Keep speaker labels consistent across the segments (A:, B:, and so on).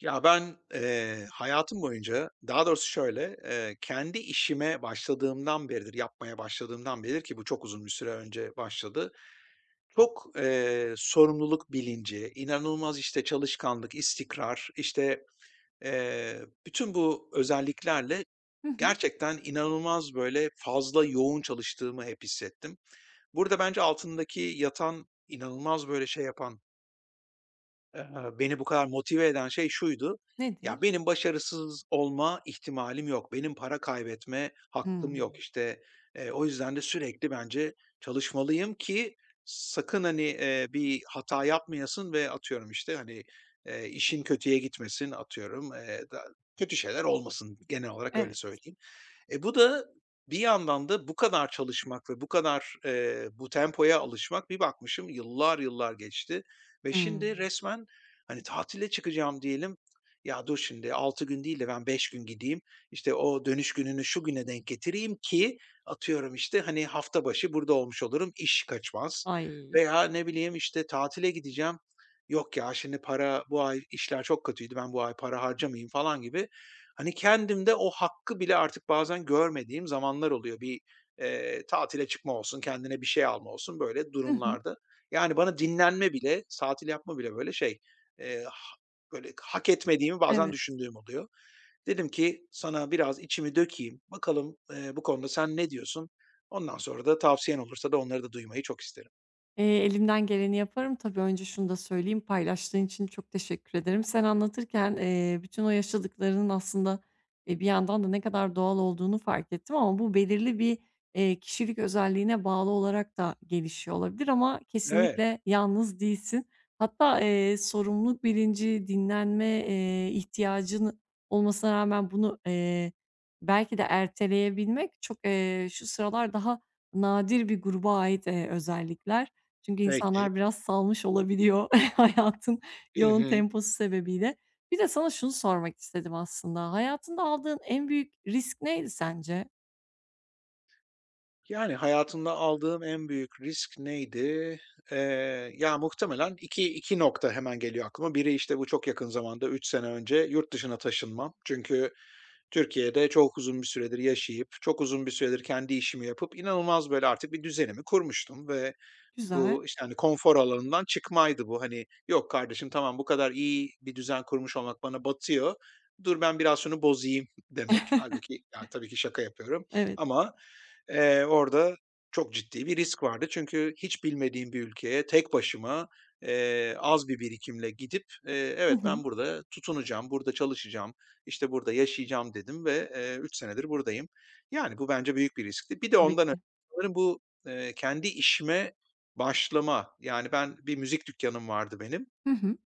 A: Ya, ben, hayatım boyunca, daha doğrusu şöyle, kendi işime başladığımdan beridir, yapmaya başladığımdan beridir ki bu çok uzun bir süre önce başladı. Çok, sorumluluk bilinci, inanılmaz, işte, çalışkanlık, istikrar, işte, bütün bu özelliklerle
B: Hı hı.
A: gerçekten inanılmaz, böyle, fazla yoğun çalıştığımı hep hissettim. Burada bence altındaki yatan, inanılmaz, böyle, şey yapan, Eee, beni bu kadar motive eden şey şuydu:
B: Nedir?
A: Ya, benim başarısız olma ihtimalim yok. Benim para kaybetme hakkım yok.
B: Hımm.
A: İşte, o yüzden de sürekli bence çalışmalıyım ki sakın, hani, bir hata yapmayasın ve atıyorum, işte, hani, işin kötüye gitmesin, atıyorum, da kötü şeyler olmasın. Genel olarak öyle
B: Evet.
A: söyleyeyim. Bu da bir yandan da bu kadar çalışmak ve bu kadar, bu tempoya alışmak bir bakmışım yıllar yıllar geçti ve şimdi
B: Hımm.
A: resmen, hani, tatile çıkacağım diyelim, "Ya, dur şimdi 6 gün değil de ben 5 gün gideyim, işte, o dönüş gününü şu güne denk getireyim ki atıyorum, işte, hani, hafta başı burada olmuş olurum, iş kaçmaz."
B: Ay.
A: Veya ne bileyim, işte, tatile gideceğim, "Yok ya, şimdi para bu ay işler çok kötüydü, ben bu ay para harcamayayım." falan gibi. Hani, kendimde o hakkı bile artık bazen görmediğim zamanlar oluyor. Bir, tatile çıkma olsun, kendine bir şey alma olsun, böyle
B: Hı hı.
A: durumlarda. Yani, bana dinlenme bile, tatil yapma bile, böyle, şey, eee, ha böyle, hak etmediğimi bazen
B: Evet.
A: düşündüğüm oluyor. Dedim ki sana biraz içimi dökeyim. Bakalım, bu konuda sen ne diyorsun? Ondan sonra da tavsiyen olursa da onları da duymayı çok isterim.
B: Elimden geleni yaparım. Tabii, önce şunu da söyleyeyim, paylaştığın için çok teşekkür ederim. Sen anlatırken, bütün o yaşadıklarının aslında, bir yandan da ne kadar doğal olduğunu fark ettim ama bu belirli bir, kişilik özelliğine bağlı olarak da gelişiyor olabilir ama
A: Evet.
B: kesinlikle yalnız değilsin. Hatta, sorumluluk bilinci, dinlenme, ihtiyacın olmasına rağmen bunu, belki de erteleyebilmek çok, şu sıralar daha nadir bir gruba ait, özellikler. Çünkü
A: Peki.
B: insanlar biraz salmış olabiliyor hayatın
A: Hı
B: yoğun
A: hı.
B: temposu sebebiyle. Bir de sana şunu sormak istedim aslında. Hayatında aldığın en büyük risk neydi sence?
A: Yani, hayatımda aldığım en büyük risk neydi? Ya, muhtemelen iki nokta hemen geliyor aklıma. Biri, işte, bu çok yakın zamanda 3 sene önce yurt dışına taşınmam. Çünkü, Türkiye'de çok uzun bir süredir yaşayıp, çok uzun bir süredir kendi işimi yapıp inanılmaz böyle artık bir düzenimi kurmuştum ve
B: Güzel.
A: bu, işte, hani, konfor alanından çıkmaydı bu. Hani, "Yok kardeşim, tamam bu kadar iyi bir düzen kurmuş olmak bana batıyor. Dur ben biraz şunu bozayım." demek. Halbuki ya, tabii ki şaka yapıyorum
B: Evet.
A: ama, orada çok ciddi bir risk vardı. Çünkü hiç bilmediğim bir ülkeye tek başıma, az bir birikimle gidip,
B: Hı
A: "Evet,
B: hı.
A: ben burada tutunacağım, burada çalışacağım, işte, burada yaşayacağım dedim ve, 3 senedir buradayım. Yani, bu bence büyük bir riskti. Bir de
B: Tabii
A: ondan önce
B: ki.
A: sanırım bu, kendi işime başlama, yani, ben bir müzik dükkanım vardı benim
B: Hı hı.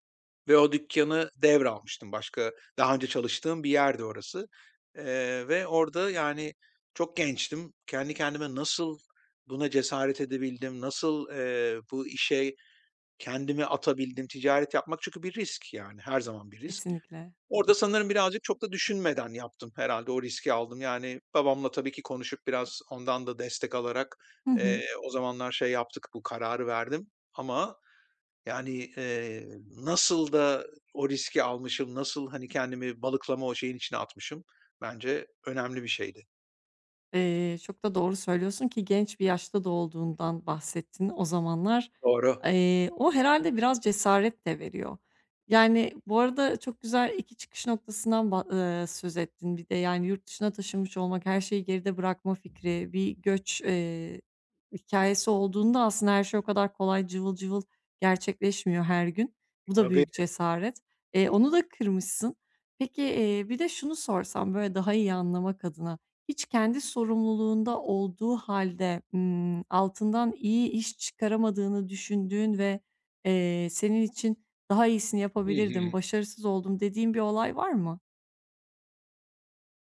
A: ve o dükkanı devralmıştım. Başka daha önce çalıştığım bir yerdi orası, ve orada, yani, çok gençtim. Kendi kendime nasıl buna cesaret edebildim, nasıl, bu işe kendimi atabildim, ticaret yapmak çünkü bir risk, yani, her zaman bir risk.
B: Kesinlikle.
A: Orada sanırım birazcık çok da düşünmeden yaptım herhâlde, o riski aldım. Yani, babamla tabii ki konuşup biraz ondan da destek alarak,
B: Hı hı.
A: o zamanlar şey yaptık, bu kararı verdim ama, yani, nasıl da o riski almışım, nasıl, hani, kendimi balıklama o şeyin içine atmışım, bence önemli bir şeydi.
B: Çok da doğru söylüyorsun ki genç bir yaşta da olduğundan bahsettin. O zamanlar
A: Doğru.
B: O herhâlde biraz cesaret de veriyor. Yani, bu arada çok güzel 2 çıkış noktasından ba söz ettin. Bir de, yani, yurt dışına taşınmış olmak, her şeyi geride bırakma fikri, bir göç, hikâyesi olduğunda aslında her şey o kadar kolay, cıvıl cıvıl gerçekleşmiyor her gün. Bu da
A: Tabii.
B: büyük cesaret. Onu da kırmışsın. Peki, bir de şunu sorsam, böyle, daha iyi anlamak adına. Hiç kendi sorumluluğunda olduğu halde altından iyi iş çıkaramadığını düşündüğün ve, senin için daha iyisini
A: Hı
B: yapabilirdim,
A: hı.
B: başarısız oldum dediğin bir olay var mı?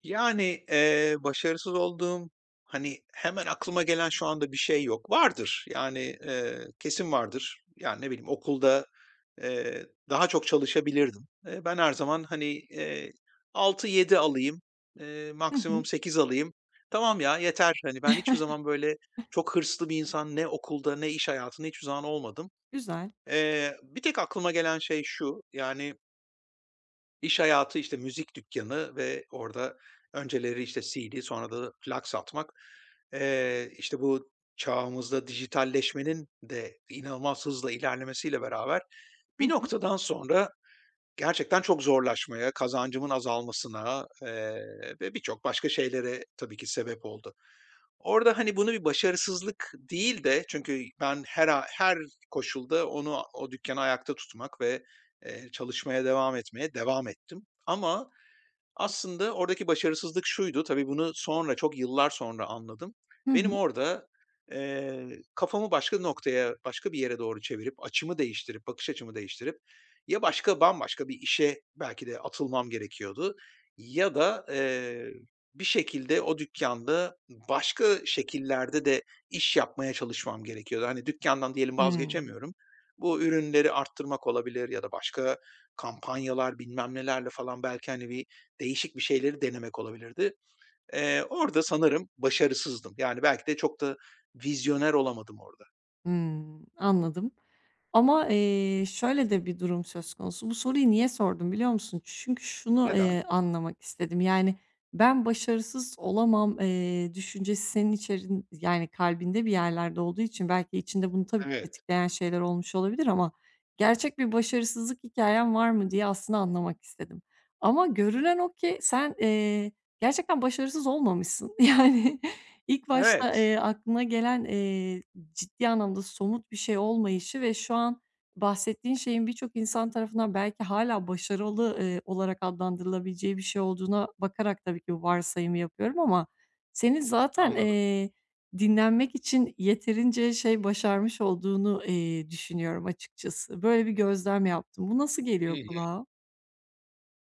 A: Yani, başarısız olduğum, hani, hemen aklıma gelen şu anda bir şey yok. Vardır, yani, kesin vardır. Yani, ne bileyim, okulda, daha çok çalışabilirdim. Ben her zaman, hani, eee, 6-7 alayım,
B: Hı hı.
A: maksimum 8 alayım. Tamam ya, yeter. Hani, ben hiçbir zaman böyle çok hırslı bir insan ne okulda ne iş hayatında hiçbir zaman olmadım.
B: Güzel.
A: Bir tek aklıma gelen şey şu, yani, İş hayatı, işte, müzik dükkanı ve orada önceleri, işte, CD sonra da plak satmak. İşte, bu çağımızda dijitalleşmenin de inanılmaz hızla ilerlemesiyle beraber
B: Hı
A: bir
B: hı.
A: noktadan sonra gerçekten çok zorlaşmaya, kazancımın azalmasına, ve birçok başka şeylere tabii ki sebep oldu. Orada, hani, bunu bir başarısızlık değil de çünkü ben her koşulda onu o dükkânı ayakta tutmak ve, çalışmaya devam etmeye devam ettim ama aslında oradaki başarısızlık şuydu, tabii bunu sonra, çok yıllar sonra anladım.
B: Hı
A: Benim
B: hı.
A: orada, kafamı başka noktaya, başka bir yere doğru çevirip, açımı değiştirip, bakış açımı değiştirip ya başka, bambaşka bir işe belki de atılmam gerekiyordu ya da, bir şekilde o dükkânda başka şekillerde de iş yapmaya çalışmam gerekiyordu. Hani, dükkândan diyelim
B: Hımm.
A: vazgeçemiyorum. Bu ürünleri arttırmak olabilir ya da başka kampanyalar, bilmem nelerle falan belki, hani, bir değişik bir şeyleri denemek olabilirdi. Orada sanırım başarısızdım. Yani, belki de çok da vizyoner olamadım orada.
B: Hımm. Anladım. Ama, şöyle de bir durum söz konusu. Bu soruyu niye sordum biliyor musun? Çünkü şunu,
A: Neden?
B: anlamak istedim. Yani, ben başarısız olamam, düşüncesi senin içerin yani, kalbinde bir yerlerde olduğu için belki içinde bunu tabii ki
A: Evet.
B: tetikleyen şeyler olmuş olabilir ama gerçek bir başarısızlık hikayen var mı diye aslında anlamak istedim. Ama görünen o ki sen, gerçekten başarısız olmamışsın. Yani, ilk başta,
A: Evet.
B: aklına gelen, ciddi anlamda somut bir şey olmayışı ve şu an bahsettiğin şeyin birçok insan tarafından belki hala başarılı, olarak adlandırılabileceği bir şey olduğuna bakarak tabii ki bu varsayımı yapıyorum ama senin zaten,
A: Anladım.
B: dinlenmek için yeterince şey başarmış olduğunu, düşünüyorum açıkçası. Böyle bir gözlem yaptım. Bu nasıl
A: Hı.
B: geliyor kulağa?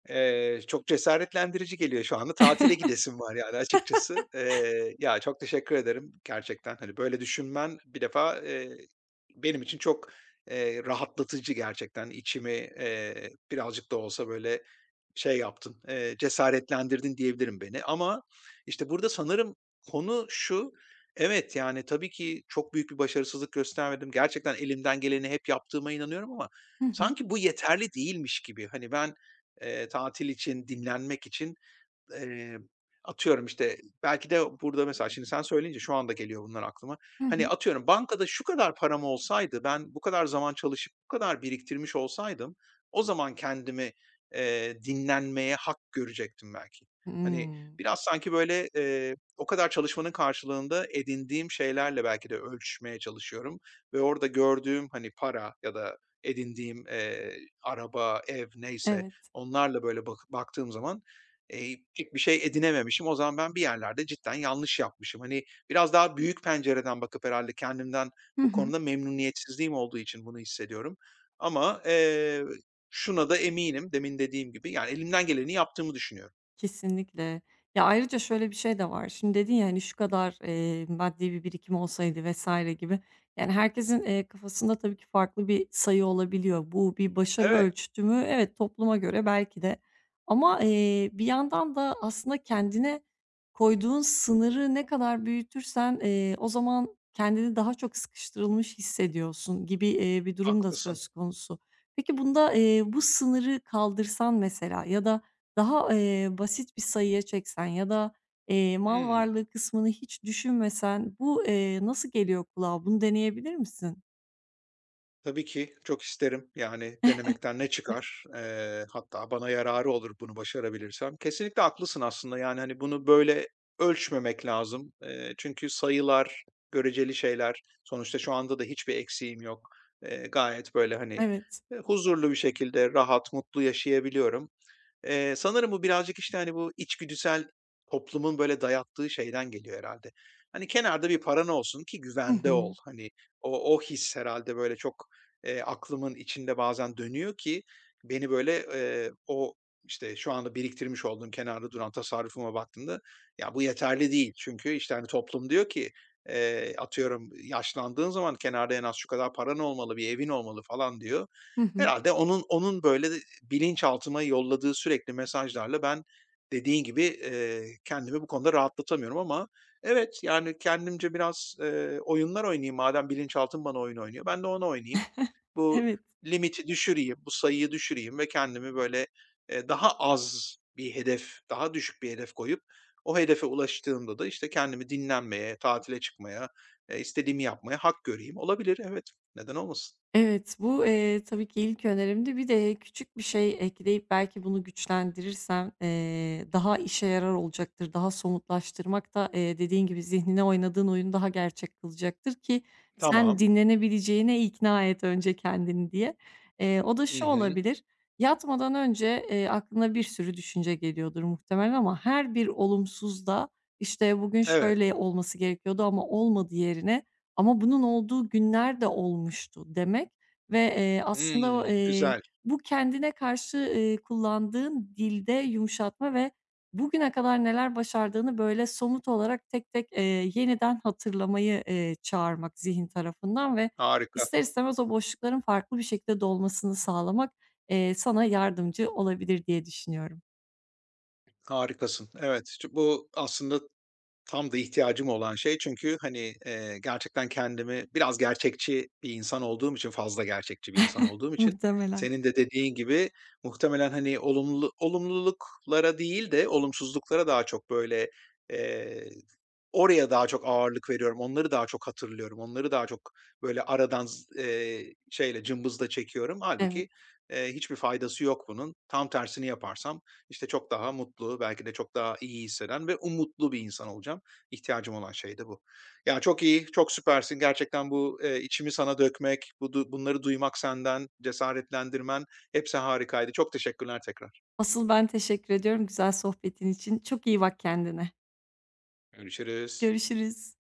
A: Çok cesaretlendirici geliyor şu anda. Tatile gidesim var yani açıkçası. Ya, çok teşekkür ederim gerçekten. Hani, böyle düşünmen bir defa, benim için çok, rahatlatıcı gerçekten. İçimi, birazcık da olsa böyle şey yaptın, cesaretlendirdin diyebilirim beni. Ama, işte, burada sanırım konu şu, evet, yani, tabii ki çok büyük bir başarısızlık göstermedim. Gerçekten elimden geleni hep yaptığıma inanıyorum ama
B: Hı hı.
A: sanki bu yeterli değilmiş gibi. Hani, ben tatil için, dinlenmek için Eee, atıyorum, işte, belki de burada mesela şimdi sen söyleyince şu anda geliyor bunlar aklıma.
B: Hı
A: Hani,
B: hı.
A: atıyorum, bankada şu kadar param olsaydı, ben bu kadar zaman çalışıp bu kadar biriktirmiş olsaydım, o zaman kendimi, dinlenmeye hak görecektim belki. Hani,
B: Hımm.
A: biraz sanki böyle, o kadar çalışmanın karşılığında edindiğim şeylerle belki de ölçmeye çalışıyorum ve orada gördüğüm, hani, para ya da edindiğim, araba, ev neyse
B: Evet.
A: onlarla böyle baktığım zaman pek bir şey edinememişim. O zaman ben bir yerlerde cidden yanlış yapmışım. Hani, biraz daha büyük pencereden bakıp herhâlde kendimden
B: Hı
A: bu
B: hı.
A: konuda memnuniyetsizliğim olduğu için bunu hissediyorum. Ama, şuna da eminim, demin dediğim gibi, yani, elimden geleni yaptığımı düşünüyorum.
B: Kesinlikle. Ya, ayrıca şöyle bir şey de var. Şimdi dedin ya, hani, "Şu kadar, maddi bir birikim olsaydı." vesaire gibi. Yani, herkesin, kafasında tabii ki farklı bir sayı olabiliyor. Bu bir başarı
A: Evet,
B: ölçütü mü? Evet, topluma göre belki de ama, bir yandan da aslında kendine koyduğun sınırı ne kadar büyütürsen, o zaman kendini daha çok sıkıştırılmış hissediyorsun gibi, bir durum da
A: haklısın.
B: söz konusu. Peki bunda, bu sınırı kaldırsan mesela ya da daha, basit bir sayıya çeksen ya da, mal
A: Hıı.
B: varlığı kısmını hiç düşünmesen bu, nasıl geliyor kulağa? Bunu deneyebilir misin?
A: Tabii ki çok isterim. Yani denemekten ne çıkar? Hatta bana yararı olur bunu başarabilirsem. Kesinlikle haklısın aslında. Yani, hani, bunu böyle ölçmemek lazım. Çünkü sayılar, göreceli şeyler, sonuçta şu anda da hiçbir eksiğim yok. Gayet böyle, hani,
B: Evet.
A: huzurlu bir şekilde rahat, mutlu yaşayabiliyorum. Sanırım bu birazcık, işte, hani, bu içgüdüsel toplumun böyle dayattığı şeyden geliyor herhâlde. Hani, kenarda bir paran olsun ki
B: Hı
A: güvende ol.
B: hı.
A: Hani, o his herhâlde böyle çok, aklımın içinde bazen dönüyor ki beni böyle, o, işte, şu anda biriktirmiş olduğum kenarda duran tasarrufuma baktığımda, ya, bu yeterli değil. Çünkü, işte, hani, toplum diyor ki, atıyorum, yaşlandığın zaman kenarda en az şu kadar paran olmalı, bir evin olmalı falan diyor.
B: Hı hı.
A: Herhâlde onun böyle bilinçaltıma yolladığı sürekli mesajlarla ben dediğin gibi, kendimi bu konuda rahatlatamıyorum ama evet, yani, kendimce biraz, oyunlar oynayayım madem bilinçaltım bana oyun oynuyor, ben de onu oynayayım. Bu
B: Evet.
A: limiti düşüreyim, bu sayıyı düşüreyim ve kendimi böyle, daha az bir hedef, daha düşük bir hedef koyup o hedefe ulaştığımda da, işte, kendimi dinlenmeye, tatile çıkmaya, istediğimi yapmaya hak göreyim. Olabilir, evet. Neden olmasın?
B: Evet, bu, tabii ki ilk önerimdi. Bir de küçük bir şey ekleyip belki bunu güçlendirirsem, daha işe yarar olacaktır. Daha somutlaştırmak da, dediğin gibi zihnine oynadığın oyun daha gerçek kılacaktır ki sen
A: Tamam.
B: dinlenebileceğine ikna et önce kendini diye. O da
A: Hı
B: şu
A: hı.
B: olabilir: Yatmadan önce, aklına bir sürü düşünce geliyordur muhtemelen ama her bir olumsuz da işte, bugün
A: Evet.
B: şöyle olması gerekiyordu ama olmadı yerine ama bunun olduğu günler de olmuştu demek ve, aslında
A: Hımm, güzel.
B: bu kendine karşı, kullandığın dilde yumuşatma ve bugüne kadar neler başardığını böyle somut olarak tek tek, yeniden hatırlamayı, çağırmak zihin tarafından ve
A: Harika,
B: ister istemez o boşlukların farklı bir şekilde dolmasını sağlamak, sana yardımcı olabilir diye düşünüyorum.
A: harikasın. Evet, bu aslında tam da ihtiyacım olan şey çünkü, hani, gerçekten kendimi biraz gerçekçi bir insan olduğum için, fazla gerçekçi bir insan olduğum için
B: Muhtemelen.
A: senin de dediğin gibi muhtemelen, hani, olumlu olumluluklara değil de olumsuzluklara daha çok böyle, eee, oraya daha çok ağırlık veriyorum. Onları daha çok hatırlıyorum. Onları daha çok böyle cımbızla çekiyorum.
B: Evet.
A: Halbuki hiçbir faydası yok bunun. Tam tersini yaparsam, işte, çok daha mutlu, belki de çok daha iyi hisseden ve umutlu bir insan olacağım. İhtiyacım olan şey de bu. Ya, çok iyi, çok süpersin. Gerçekten bu, içimi sana dökmek, bu du bunları duymak senden, cesaretlendirmen hepsi harikaydı. Çok teşekkürler tekrar.
B: Asıl ben teşekkür ediyorum güzel sohbetin için. Çok iyi bak kendine.
A: Görüşürüz.
B: Görüşürüz.